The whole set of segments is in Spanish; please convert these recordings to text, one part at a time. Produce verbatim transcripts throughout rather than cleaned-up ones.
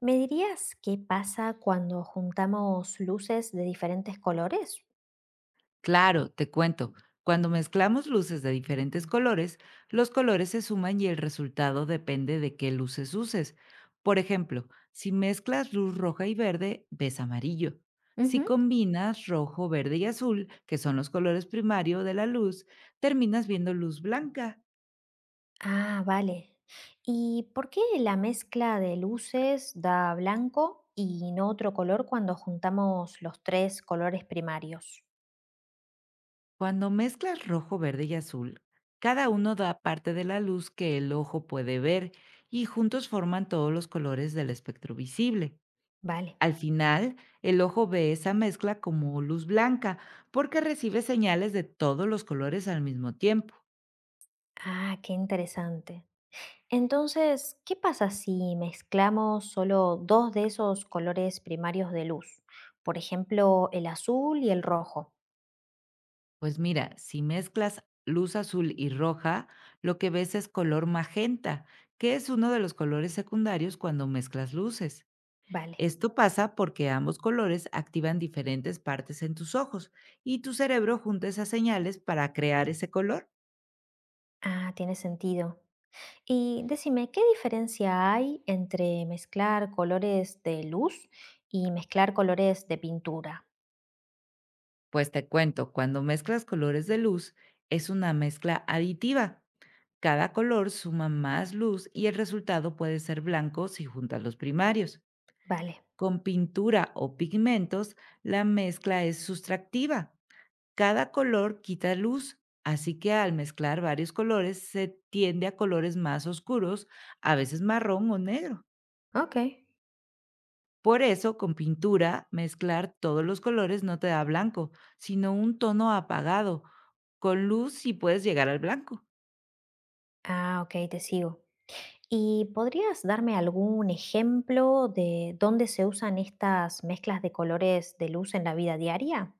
¿Me dirías qué pasa cuando juntamos luces de diferentes colores? Claro, te cuento. Cuando mezclamos luces de diferentes colores, los colores se suman y el resultado depende de qué luces uses. Por ejemplo, si mezclas luz roja y verde, ves amarillo. Si Ujú. combinas rojo, verde y azul, que son los colores primarios de la luz, terminas viendo luz blanca. Ah, vale. ¿Y por qué la mezcla de luces da blanco y no otro color cuando juntamos los tres colores primarios? Cuando mezclas rojo, verde y azul, cada uno da parte de la luz que el ojo puede ver y juntos forman todos los colores del espectro visible. Vale. Al final, el ojo ve esa mezcla como luz blanca, porque recibe señales de todos los colores al mismo tiempo. Ah, qué interesante. Entonces, ¿qué pasa si mezclamos solo dos de esos colores primarios de luz? Por ejemplo, el azul y el rojo. Pues mira, si mezclas luz azul y roja, lo que ves es color magenta, que es uno de los colores secundarios cuando mezclas luces. Vale. Esto pasa porque ambos colores activan diferentes partes en tus ojos y tu cerebro junta esas señales para crear ese color. Ah, tiene sentido. Y decime, ¿qué diferencia hay entre mezclar colores de luz y mezclar colores de pintura? Pues te cuento, cuando mezclas colores de luz, es una mezcla aditiva. Cada color suma más luz y el resultado puede ser blanco si juntas los primarios. Vale, Con pintura o pigmentos, la mezcla es sustractiva. Cada color quita luz, así que al mezclar varios colores se tiende a colores más oscuros, a veces marrón o negro. ok. Por eso, con pintura, mezclar todos los colores no te da blanco, sino un tono apagado. Con luz sí puedes llegar al blanco. Ah, ok, te sigo. ¿Y podrías darme algún ejemplo de dónde se usan estas mezclas de colores de luz en la vida diaria?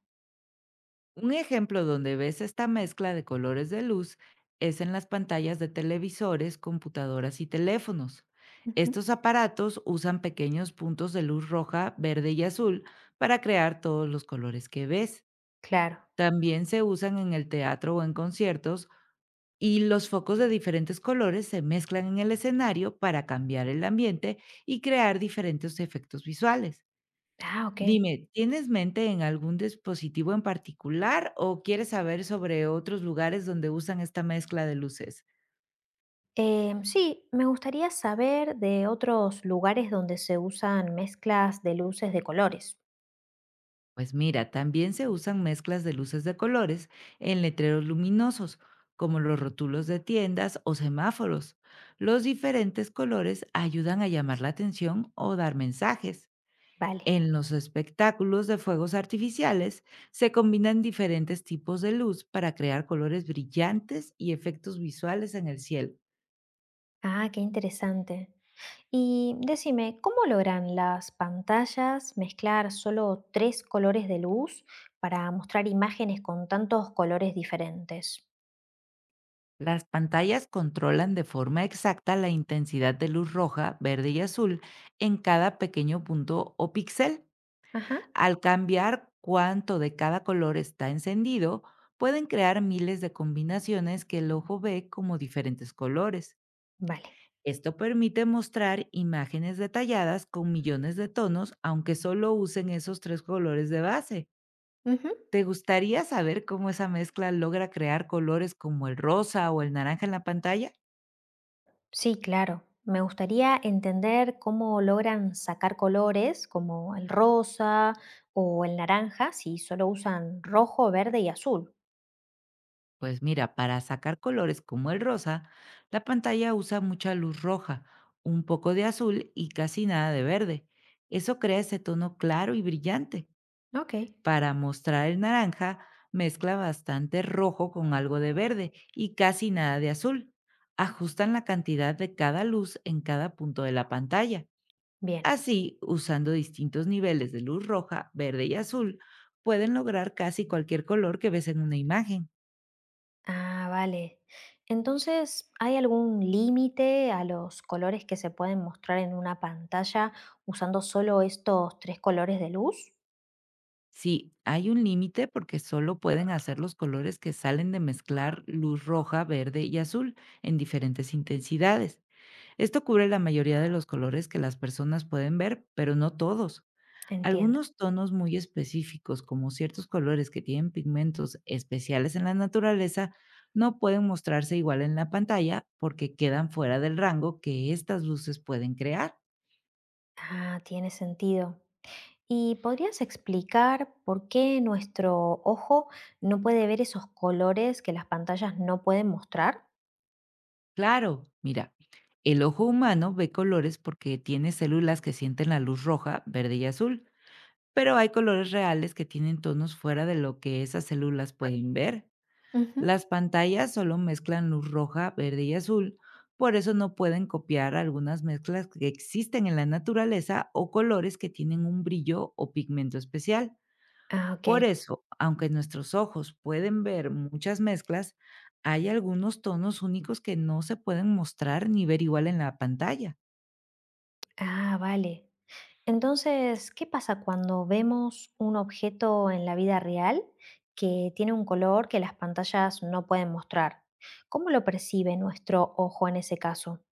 Un ejemplo donde ves esta mezcla de colores de luz es en las pantallas de televisores, computadoras y teléfonos. Ujú, Estos aparatos usan pequeños puntos de luz roja, verde y azul para crear todos los colores que ves. claro. También se usan en el teatro o en conciertos y los focos de diferentes colores se mezclan en el escenario para cambiar el ambiente y crear diferentes efectos visuales. Ah, ok. Dime, ¿tienes mente en algún dispositivo en particular o quieres saber sobre otros lugares donde usan esta mezcla de luces? Eh, sí, me gustaría saber de otros lugares donde se usan mezclas de luces de colores. Pues mira, también se usan mezclas de luces de colores en letreros luminosos, como los rótulos de tiendas o semáforos. Los diferentes colores ayudan a llamar la atención o dar mensajes. Vale. En los espectáculos de fuegos artificiales se combinan diferentes tipos de luz para crear colores brillantes y efectos visuales en el cielo. Ah, qué interesante. Y decime, ¿cómo logran las pantallas mezclar solo tres colores de luz para mostrar imágenes con tantos colores diferentes? Las pantallas controlan de forma exacta la intensidad de luz roja, verde y azul en cada pequeño punto o píxel. Ajá. Al cambiar cuánto de cada color está encendido, pueden crear miles de combinaciones que el ojo ve como diferentes colores. Vale. Esto permite mostrar imágenes detalladas con millones de tonos, aunque solo usen esos tres colores de base. Ujú. ¿Te gustaría saber cómo esa mezcla logra crear colores como el rosa o el naranja en la pantalla? Sí, claro. Me gustaría entender cómo logran sacar colores como el rosa o el naranja si solo usan rojo, verde y azul. Pues mira, para sacar colores como el rosa, la pantalla usa mucha luz roja, un poco de azul y casi nada de verde. Eso crea ese tono claro y brillante. Ok. Para mostrar el naranja, mezcla bastante rojo con algo de verde y casi nada de azul. Ajustan la cantidad de cada luz en cada punto de la pantalla. Bien. Así, usando distintos niveles de luz roja, verde y azul, pueden lograr casi cualquier color que ves en una imagen. Ah, vale. Entonces, ¿hay algún límite a los colores que se pueden mostrar en una pantalla usando solo estos tres colores de luz? Sí, hay un límite porque solo pueden hacer los colores que salen de mezclar luz roja, verde y azul en diferentes intensidades. Esto cubre la mayoría de los colores que las personas pueden ver, pero no todos. Entiendo. Algunos tonos muy específicos, como ciertos colores que tienen pigmentos especiales en la naturaleza, no pueden mostrarse igual en la pantalla porque quedan fuera del rango que estas luces pueden crear. Ah, tiene sentido. ¿Y podrías explicar por qué nuestro ojo no puede ver esos colores que las pantallas no pueden mostrar? Claro, mira, el ojo humano ve colores porque tiene células que sienten la luz roja, verde y azul, pero hay colores reales que tienen tonos fuera de lo que esas células pueden ver. Ujú. Las pantallas solo mezclan luz roja, verde y azul, por eso no pueden copiar algunas mezclas que existen en la naturaleza o colores que tienen un brillo o pigmento especial. Ah, ok. Por eso, aunque nuestros ojos pueden ver muchas mezclas, hay algunos tonos únicos que no se pueden mostrar ni ver igual en la pantalla. Ah, vale. Entonces, ¿qué pasa cuando vemos un objeto en la vida real que tiene un color que las pantallas no pueden mostrar? ¿Cómo lo percibe nuestro ojo en ese caso?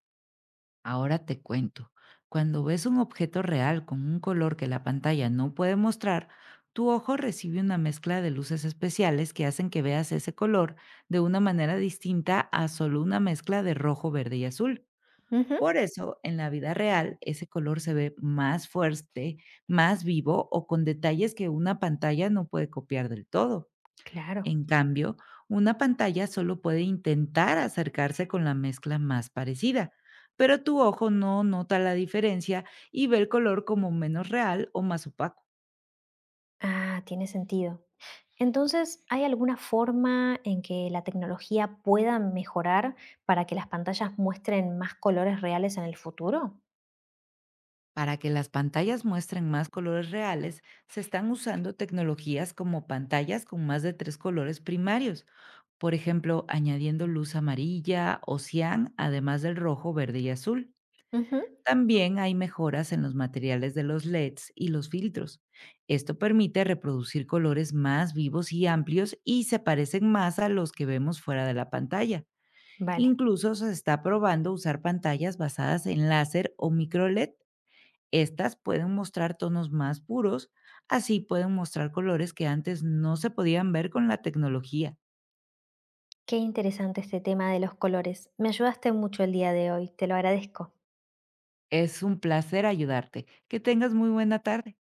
Ahora te cuento, cuando ves un objeto real con un color que la pantalla no puede mostrar, tu ojo recibe una mezcla de luces especiales que hacen que veas ese color de una manera distinta a solo una mezcla de rojo, verde y azul. Ujú. Por eso, en la vida real, ese color se ve más fuerte, más vivo o con detalles que una pantalla no puede copiar del todo. Claro. En cambio, una pantalla solo puede intentar acercarse con la mezcla más parecida, pero tu ojo no nota la diferencia y ve el color como menos real o más opaco. Ah, tiene sentido. Entonces, ¿hay alguna forma en que la tecnología pueda mejorar para que las pantallas muestren más colores reales en el futuro? Para que las pantallas muestren más colores reales, se están usando tecnologías como pantallas con más de tres colores primarios, por ejemplo, añadiendo luz amarilla o cian, además del rojo, verde y azul. Ujú. También hay mejoras en los materiales de los L E Ds y los filtros. Esto permite reproducir colores más vivos y amplios y se parecen más a los que vemos fuera de la pantalla. Vale, Incluso se está probando usar pantallas basadas en láser o microLED. Estas pueden mostrar tonos más puros, así pueden mostrar colores que antes no se podían ver con la tecnología. qué interesante este tema de los colores. Me ayudaste mucho el día de hoy, te lo agradezco. Es un placer ayudarte. Que tengas muy buena tarde.